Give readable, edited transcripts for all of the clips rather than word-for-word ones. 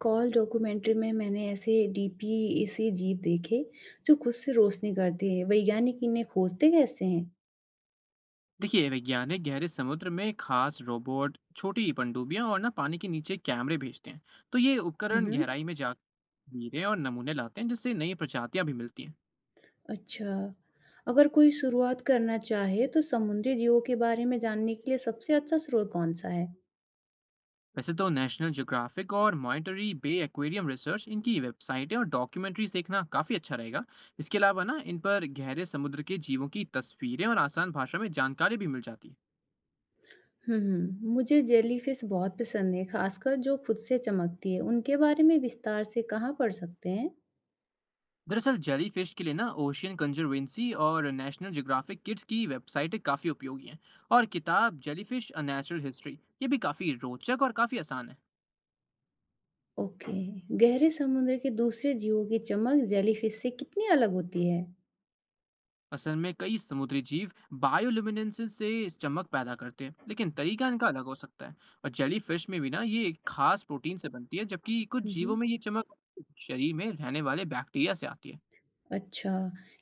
Call documentary में मैंने ऐसे डीपीएसी जीव देखे जो खुद से रोशनी करते हैं। वैज्ञानिक इन्हें खोजते कैसे हैं? देखिए वैज्ञानिक गहरे समुद्र में खास रोबोट, छोटी पनडुब्बियां और ना पानी के नीचे कैमरे भेजते हैं। तो ये उपकरण हम्म। गहराई में जाकर तस्वीरें और नमूने लाते हैं, जिससे नई प्रजातियां भी मिलती हैं। अच्छा। अगर कोई शुरुआत करना चाहे तो समुद्री जीवों के बारे में जानने के लिए सबसे अच्छा स्रोत कौन सा है? वैसे तो नेशनल ज्योग्राफिक और मॉनिटरी बे एक्वेरियम रिसर्च, इनकी वेबसाइटें और डॉक्यूमेंट्रीज देखना काफ़ी अच्छा रहेगा। इसके अलावा ना इन पर गहरे समुद्र के जीवों की तस्वीरें और आसान भाषा में जानकारी भी मिल जाती है। हम्म। मुझे जेलीफिश बहुत पसंद है, खासकर जो खुद से चमकती है उनके बारे में विस्तार से कहाँ पढ़ सकते हैं? दरअसल जेलीफिश के लिए ना ओशियन कंजर्वेंसी और नेशनल ज्योग्राफिक किड्स की वेबसाइटें काफ़ी उपयोगी हैं। और किताब जेलीफिश अ नेचुरल हिस्ट्री, ये भी काफ़ी रोचक और काफ़ी आसान है। ओके। गहरे समुद्र के दूसरे जीवों की चमक जेलीफिश से कितनी अलग होती है? असल में कई समुद्री जीव बायोल्यूमिनेंसेंस से चमक पैदा करते हैं, लेकिन तरीका इनका अलग हो सकता है। और जेलीफिश में भी ना ये एक खास प्रोटीन से बनती है, जबकि कुछ जीवों हम्म। में ये चमक शरीर में रहने वाले बैक्टीरिया से आती है। अच्छा,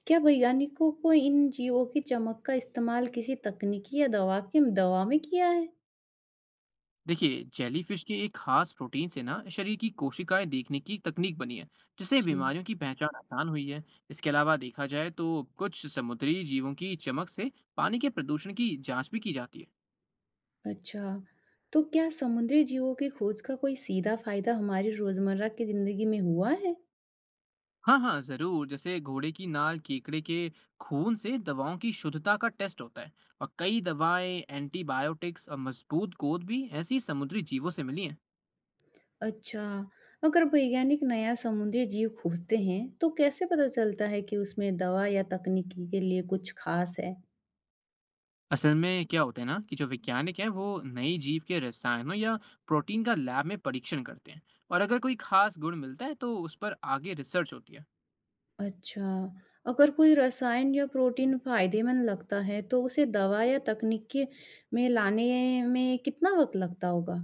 क्या वैज्ञानिकों को इन जीवों की चमक का इस्तेमाल किसी तकनीकी या दवा के दवा में किया है? देखिए जेलीफिश के एक खास प्रोटीन से ना शरीर की कोशिकाएं देखने की तकनीक बनी है, जिससे जी। बीमारियों की पहचान आसान हुई है। इसके अलावा देखा जाए तो कुछ समुद्री जीवों की चमक से पानी के प्रदूषण की जांच भी की जाती है। अच्छा। तो क्या समुद्री जीवों की खोज का कोई सीधा फायदा हमारी रोजमर्रा की जिंदगी में हुआ है? हाँ हाँ जरूर, जैसे घोड़े की नाल केकड़े के खून से दवाओं की शुद्धता का टेस्ट होता है। और कई दवाएं, एंटीबायोटिक्स और मजबूत गोंद भी ऐसी समुद्री जीवों से मिली हैं। अच्छा, अगर वैज्ञानिक नया समुद्री जीव खोजते हैं, तो कैसे पता चलता है कि उसमें दवा या तकनीकी के लिए कुछ खास है? असल में क्या होता है ना कि जो वैज्ञानिक हैं वो नई जीव के रसायनों या प्रोटीन का लैब में परीक्षण करते हैं। और अगर कोई खास गुण मिलता है तो उस पर आगे रिसर्च होती है। अच्छा, अगर कोई रसायन या प्रोटीन फायदेमंद लगता है, तो उसे दवा या तकनीक के में लाने में कितना वक़्त लगता होगा?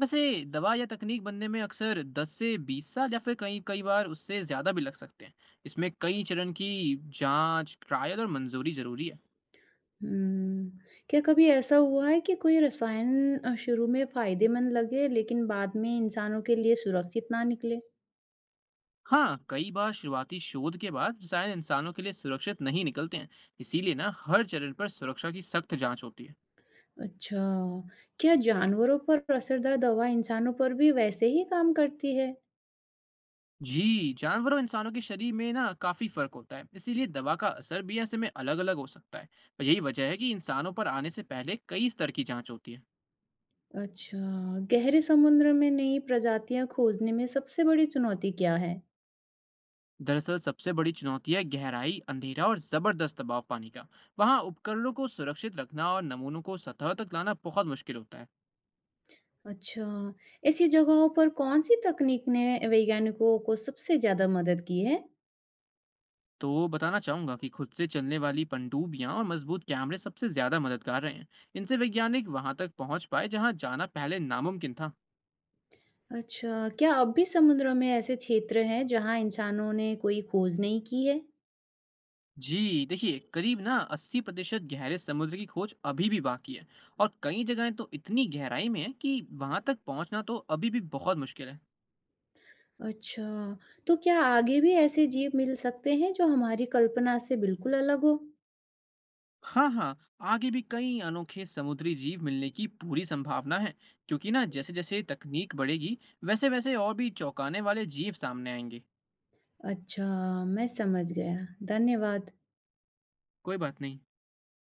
वैसे दवा या तकनीक बनने में अक्सर 10 से 20 साल या फिर कई कई बार उससे ज़्यादा भी लग सकते हैं। इसमें कई चरण की जांच, ट्रायल और मंजूरी ज़रूरी है। हुँ। क्या कभी ऐसा हुआ है कि कोई रसायन शुरू में फायदेमंद लगे, लेकिन बाद में इंसानों के लिए सुरक्षित ना निकले? हाँ कई बार शुरुआती शोध के बाद रसायन इंसानों के लिए सुरक्षित नहीं निकलते हैं। इसीलिए ना हर चरण पर सुरक्षा की सख्त जांच होती है। अच्छा, क्या जानवरों पर असरदार दवा इंसानों पर भी वैसे ही काम करती है? जी, जानवरों और इंसानों के शरीर में ना काफी फर्क होता है, इसीलिए दवा का असर भी ऐसे में अलग अलग हो सकता है। और यही वजह है कि इंसानों पर आने से पहले कई स्तर की जांच होती है। अच्छा, गहरे समुद्र में नई प्रजातियाँ खोजने में सबसे बड़ी चुनौती क्या है? दरअसल सबसे बड़ी चुनौती है गहराई, अंधेरा और जबरदस्त दबाव पानी का। वहाँ उपकरणों को सुरक्षित रखना और नमूनों को सतह तक लाना बहुत मुश्किल होता है। अच्छा, ऐसी जगहों पर कौन-सी तकनीक ने वैज्ञानिकों को सबसे ज़्यादा मदद की है? तो बताना चाहूंगा कि खुद से चलने वाली पनडूबियां और मजबूत कैमरे सबसे ज्यादा मददगार रहे हैं। इनसे वैज्ञानिक वहां तक पहुंच पाए जहां जाना पहले नामुमकिन था। अच्छा, क्या अब भी समुद्र में ऐसे क्षेत्र हैं जहाँ इंसानों ने कोई खोज नहीं की है? जी देखिए करीब ना 80% गहरे समुद्र की खोज अभी भी बाकी है। और कई जगहें तो इतनी गहराई में है कि वहां तक पहुंचना तो अभी भी बहुत मुश्किल है। अच्छा, तो क्या आगे भी ऐसे जीव मिल सकते हैं जो हमारी कल्पना से बिल्कुल अलग हो? हाँ हाँ, आगे भी कई अनोखे समुद्री जीव मिलने की पूरी संभावना है। क्योंकि ना जैसे जैसे तकनीक बढ़ेगी, वैसे वैसे और भी चौंकाने वाले जीव सामने आएंगे। अच्छा, मैं समझ गया। धन्यवाद। कोई बात नहीं।